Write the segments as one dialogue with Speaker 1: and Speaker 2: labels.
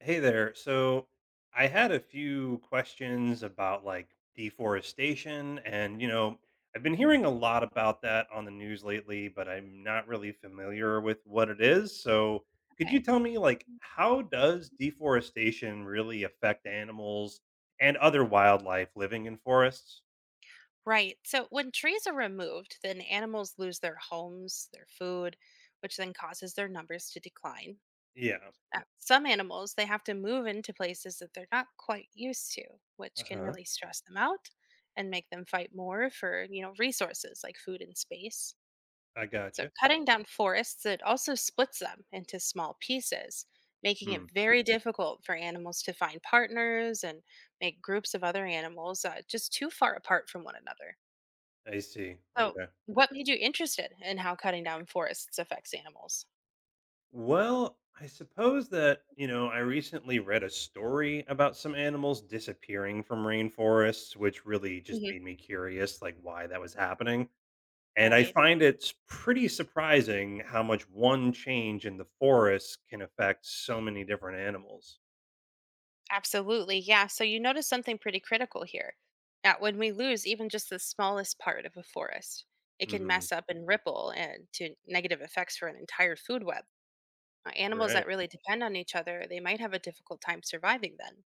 Speaker 1: Hey there. So I had a few questions about like deforestation and you know, I've been hearing a lot about that on the news lately, but I'm not really familiar with what it is. So could you
Speaker 2: Okay.
Speaker 1: tell me like
Speaker 2: Mhm.
Speaker 1: how does deforestation really affect animals and other wildlife living in forests?
Speaker 2: Right. So when trees are removed, then animals lose their homes, their food, which then causes their numbers to decline.
Speaker 1: Yeah.
Speaker 2: Some animals, they have to move into places that they're not quite used to, which can
Speaker 1: Uh-huh.
Speaker 2: really stress them out and make them fight more for, you know, resources like food and space.
Speaker 1: I
Speaker 2: So,
Speaker 1: gotcha.
Speaker 2: cutting down forests, it also splits them into small pieces, making
Speaker 1: Hmm.
Speaker 2: it very difficult for animals to find partners and make groups of other animals just too far apart from one another.
Speaker 1: I see.
Speaker 2: So,
Speaker 1: Okay.
Speaker 2: what made you interested in how cutting down forests affects animals?
Speaker 1: Well, I suppose that, you know, I recently read a story about some animals disappearing from rainforests, which really just
Speaker 2: Hmm.
Speaker 1: made me curious, like why that was happening. And I
Speaker 2: Right.
Speaker 1: find it's pretty surprising how much one change in the forest can affect so many different animals.
Speaker 2: Absolutely. Yeah. So, you notice something pretty critical here. That when we lose even just the smallest part of a forest, it can
Speaker 1: Hmm.
Speaker 2: mess up and ripple and to negative effects for an entire food web. Animals that
Speaker 1: Right.
Speaker 2: really depend on each other, they might have a difficult time surviving then.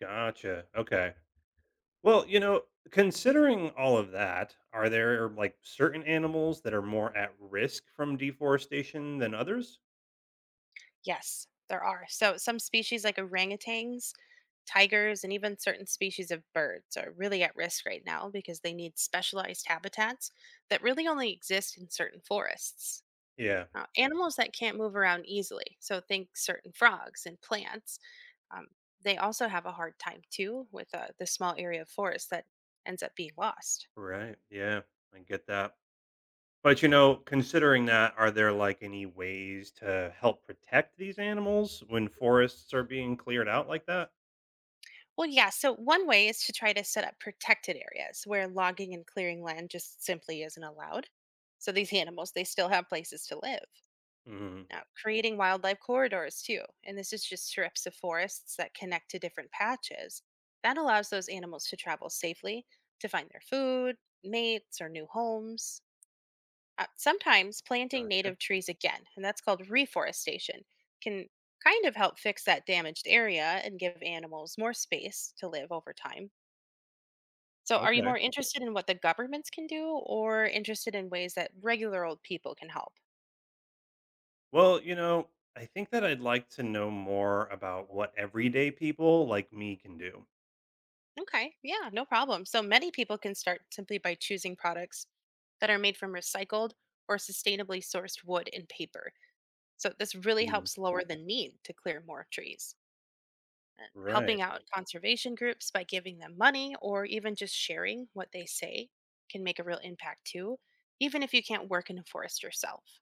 Speaker 1: Gotcha. Okay. Well, you know, considering all of that, are there like certain animals that are more at risk from deforestation than others?
Speaker 2: Yes, there are. So some species like orangutans, tigers, and even certain species of birds are really at risk right now because they need specialized habitats that really only exist in certain forests.
Speaker 1: Yeah.
Speaker 2: Animals that can't move around easily, so think certain frogs and plants, um, they also have a hard time too with the small area of forest that ends up being lost.
Speaker 1: Right. Yeah, I get that. But you know, considering that, are there like any ways to help protect these animals when forests are being cleared out like that?
Speaker 2: Well, yeah, so one way is to try to set up protected areas where logging and clearing land just simply isn't allowed. So these animals, they still have places to live.
Speaker 1: Hmm.
Speaker 2: Now, creating wildlife corridors too, and this is just strips of forests that connect to different patches. That allows those animals to travel safely to find their food, mates, or new homes. Sometimes planting
Speaker 1: Gotcha.
Speaker 2: native trees again, and that's called reforestation, can kind of help fix that damaged area and give animals more space to live over time. So, are you
Speaker 1: Okay.
Speaker 2: more interested in what the governments can do or interested in ways that regular old people can help?
Speaker 1: Well, you know, I think that I'd like to know more about what everyday people like me can do.
Speaker 2: Okay, yeah, no problem. So many people can start simply by choosing products that are made from recycled or sustainably sourced wood and paper. So this really
Speaker 1: Mhm.
Speaker 2: helps lower the need to clear more trees. And
Speaker 1: Right.
Speaker 2: helping out conservation groups by giving them money or even just sharing what they say can make a real impact too, even if you can't work in a forest yourself.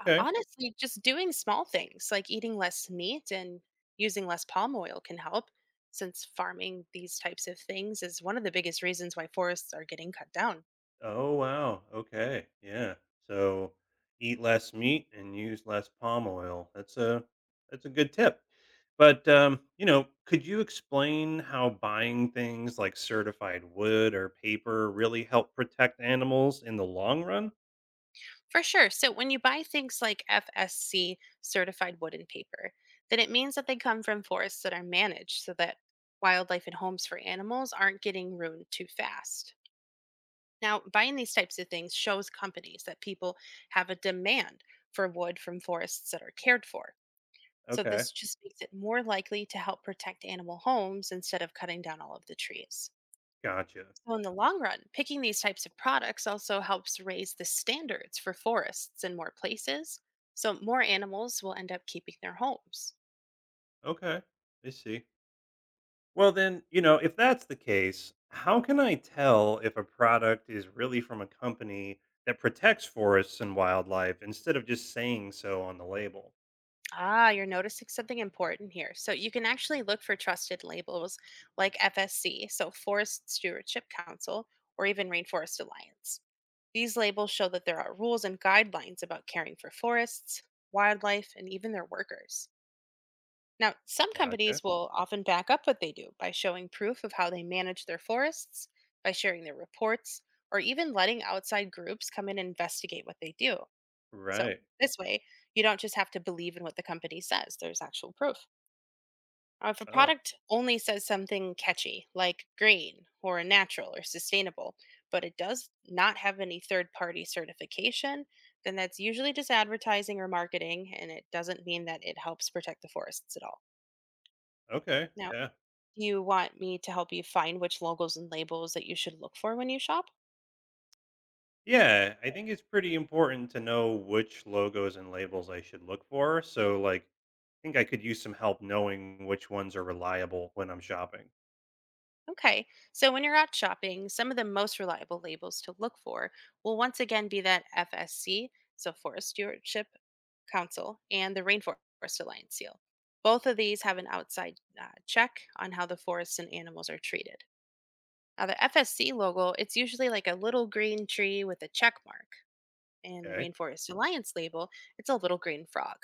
Speaker 2: Honestly, just doing small things like eating less meat and using less palm oil can help, since farming these types of things is one of the biggest reasons why forests are getting cut down.
Speaker 1: Oh, wow. Okay. Yeah. So eat less meat and use less palm oil. That's a good tip. But you know, could you explain how buying things like certified wood or paper really help protect animals in the long run?
Speaker 2: For sure. So, when you buy things like FSC certified wood and paper, then it means that they come from forests that are managed so that wildlife and homes for animals aren't getting ruined too fast. Now, buying these types of things shows companies that people have a demand for wood from forests that are cared for. So
Speaker 1: Okay.
Speaker 2: this just makes it more likely to help protect animal homes instead of cutting down all of the trees.
Speaker 1: Gotcha.
Speaker 2: So in the long run, picking these types of products also helps raise the standards for forests in more places. So more animals will end up keeping their homes.
Speaker 1: Okay. I see. Well, then, you know, if that's the case, how can I tell if a product is really from a company that protects forests and wildlife instead of just saying so on the label?
Speaker 2: Ah, you're noticing something important here. So you can actually look for trusted labels like FSC, so Forest Stewardship Council, or even Rainforest Alliance. These labels show that there are rules and guidelines about caring for forests, wildlife, and even their workers. Now, some
Speaker 1: Gotcha.
Speaker 2: companies will often back up what they do by showing proof of how they manage their forests, by sharing their reports, or even letting outside groups come in and investigate what they do. So,
Speaker 1: Right.
Speaker 2: this way, you don't just have to believe in what the company says, there's actual proof. If a
Speaker 1: Oh,
Speaker 2: product only says something catchy, like green or natural or sustainable, but it does not have any third party certification, then that's usually just advertising or marketing, and it doesn't mean that it helps protect the forests at all.
Speaker 1: okay.
Speaker 2: Now,
Speaker 1: Yeah.
Speaker 2: do you want me to help you find which logos and labels that you should look for when you shop?
Speaker 1: Yeah. I think it's pretty important to know which logos and labels I should look for. So, like, I think I could use some help knowing which ones are reliable when I'm shopping.
Speaker 2: Okay, so when you're out shopping, some of the most reliable labels to look for will once again be that FSC, so Forest Stewardship Council and the Rainforest Alliance seal. Both of these have an outside check on how the forests and animals are treated. Now, the FSC logo, it's usually like a little green tree with a check mark, and the
Speaker 1: Okay.
Speaker 2: Rainforest Alliance label, it's a little green frog.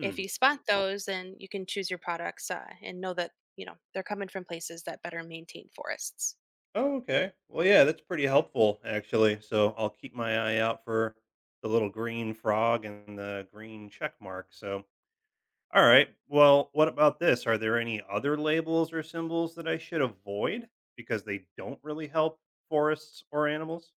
Speaker 2: If you spot those, then you can choose your products and know that you know they're coming from places that better maintain forests.
Speaker 1: Oh, okay. Well, yeah, that's pretty helpful actually. So I'll keep my eye out for the little green frog and the green check mark. So, all right. Well, what about this? Are there any other labels or symbols that I should avoid because they don't really help forests or animals?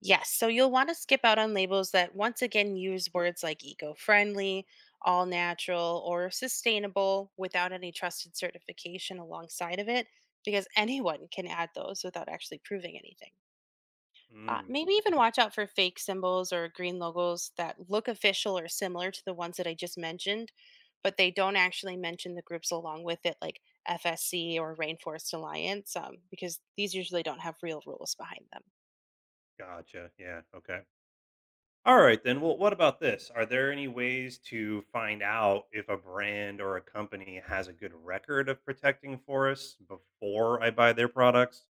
Speaker 2: Yes, so you'll want to skip out on labels that once again use words like eco friendly, all natural, or sustainable without any trusted certification alongside of it, because anyone can add those without actually proving anything.
Speaker 1: Mm,
Speaker 2: Maybe even watch out for fake symbols or green logos that look official or similar to the ones that I just mentioned, but they don't actually mention the groups along with it, like FSC or Rainforest Alliance, because these usually don't have real rules behind them.
Speaker 1: gotcha. Yeah. Okay. All right then. Well, what about this? Are there any ways to find out if a brand or a company has a good record of protecting forests before I buy their products?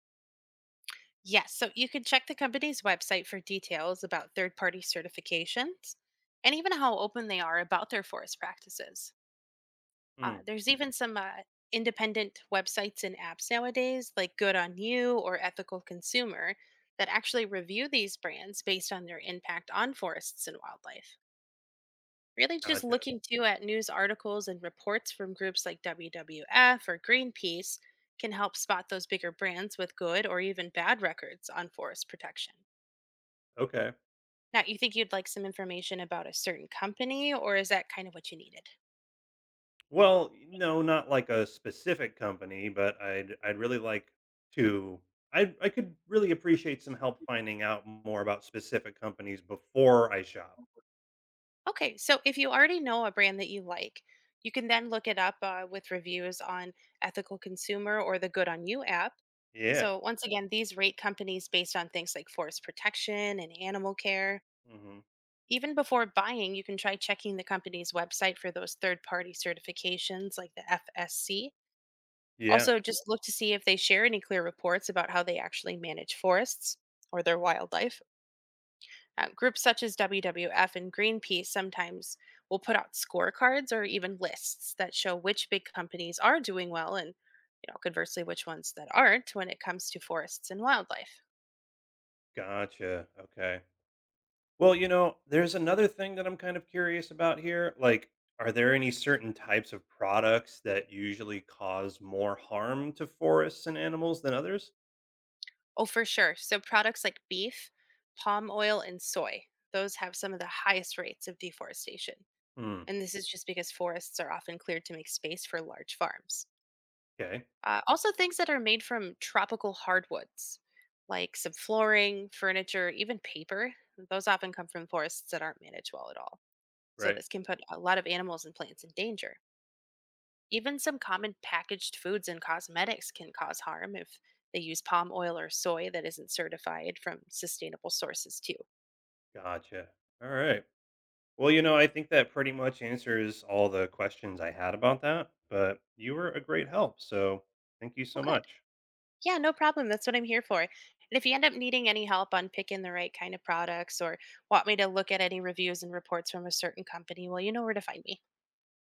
Speaker 2: Yes, so you can check the company's website for details about third party certifications and even how open they are about their forest practices. Uh,
Speaker 1: Hmm.
Speaker 2: there's even some uh, independent websites and apps nowadays, like Good on You or Ethical Consumer, that actually review these brands based on their impact on forests and wildlife. Really, just
Speaker 1: Gotcha.
Speaker 2: looking too at news articles and reports from groups like WWF or Greenpeace can help spot those bigger brands with good or even bad records on forest protection.
Speaker 1: Okay.
Speaker 2: Now, you think you'd like some information about a certain company, or is that kind of what you needed?
Speaker 1: Well, no, not like a specific company, but I'd really like to I could really appreciate some help finding out more about specific companies before I shop.
Speaker 2: Okay, so if you already know a brand that you like, you can then look it up with reviews on Ethical Consumer or the Good on You app.
Speaker 1: Yeah.
Speaker 2: So, once again, these rate companies based on things like forest protection and animal care.
Speaker 1: Hmm.
Speaker 2: Even before buying, you can try checking the company's website for those third party certifications like the FSC.
Speaker 1: Yeah.
Speaker 2: Also, just look to see if they share any clear reports about how they actually manage forests or their wildlife. Groups such as WWF and Greenpeace sometimes will put out scorecards or even lists that show which big companies are doing well and, you know, conversely, which ones that aren't when it comes to forests and wildlife.
Speaker 1: Gotcha. Okay. Well, you know, there's another thing that I'm kind of curious about here. Like, are there any certain types of products that usually cause more harm to forests and animals than others?
Speaker 2: Oh, for sure. So products like beef, palm oil, and soy, those have some of the highest rates of deforestation.
Speaker 1: Hmm.
Speaker 2: And this is just because forests are often cleared to make space for large farms.
Speaker 1: Okay.
Speaker 2: Also, things that are made from tropical hardwoods, like some flooring, furniture, even paper, those often come from forests that aren't managed well at all. So,
Speaker 1: Right.
Speaker 2: this can put a lot of animals and plants in danger. Even some common packaged foods and cosmetics can cause harm if they use palm oil or soy that isn't certified from sustainable sources, too.
Speaker 1: Gotcha. All right. Well, you know, I think that pretty much answers all the questions I had about that, but you were a great help. So thank you
Speaker 2: Oh,
Speaker 1: so
Speaker 2: good.
Speaker 1: much.
Speaker 2: Yeah, no problem. That's what I'm here for. And if you end up needing any help on picking the right kind of products or want me to look at any reviews and reports from a certain company, well, you know where to find me.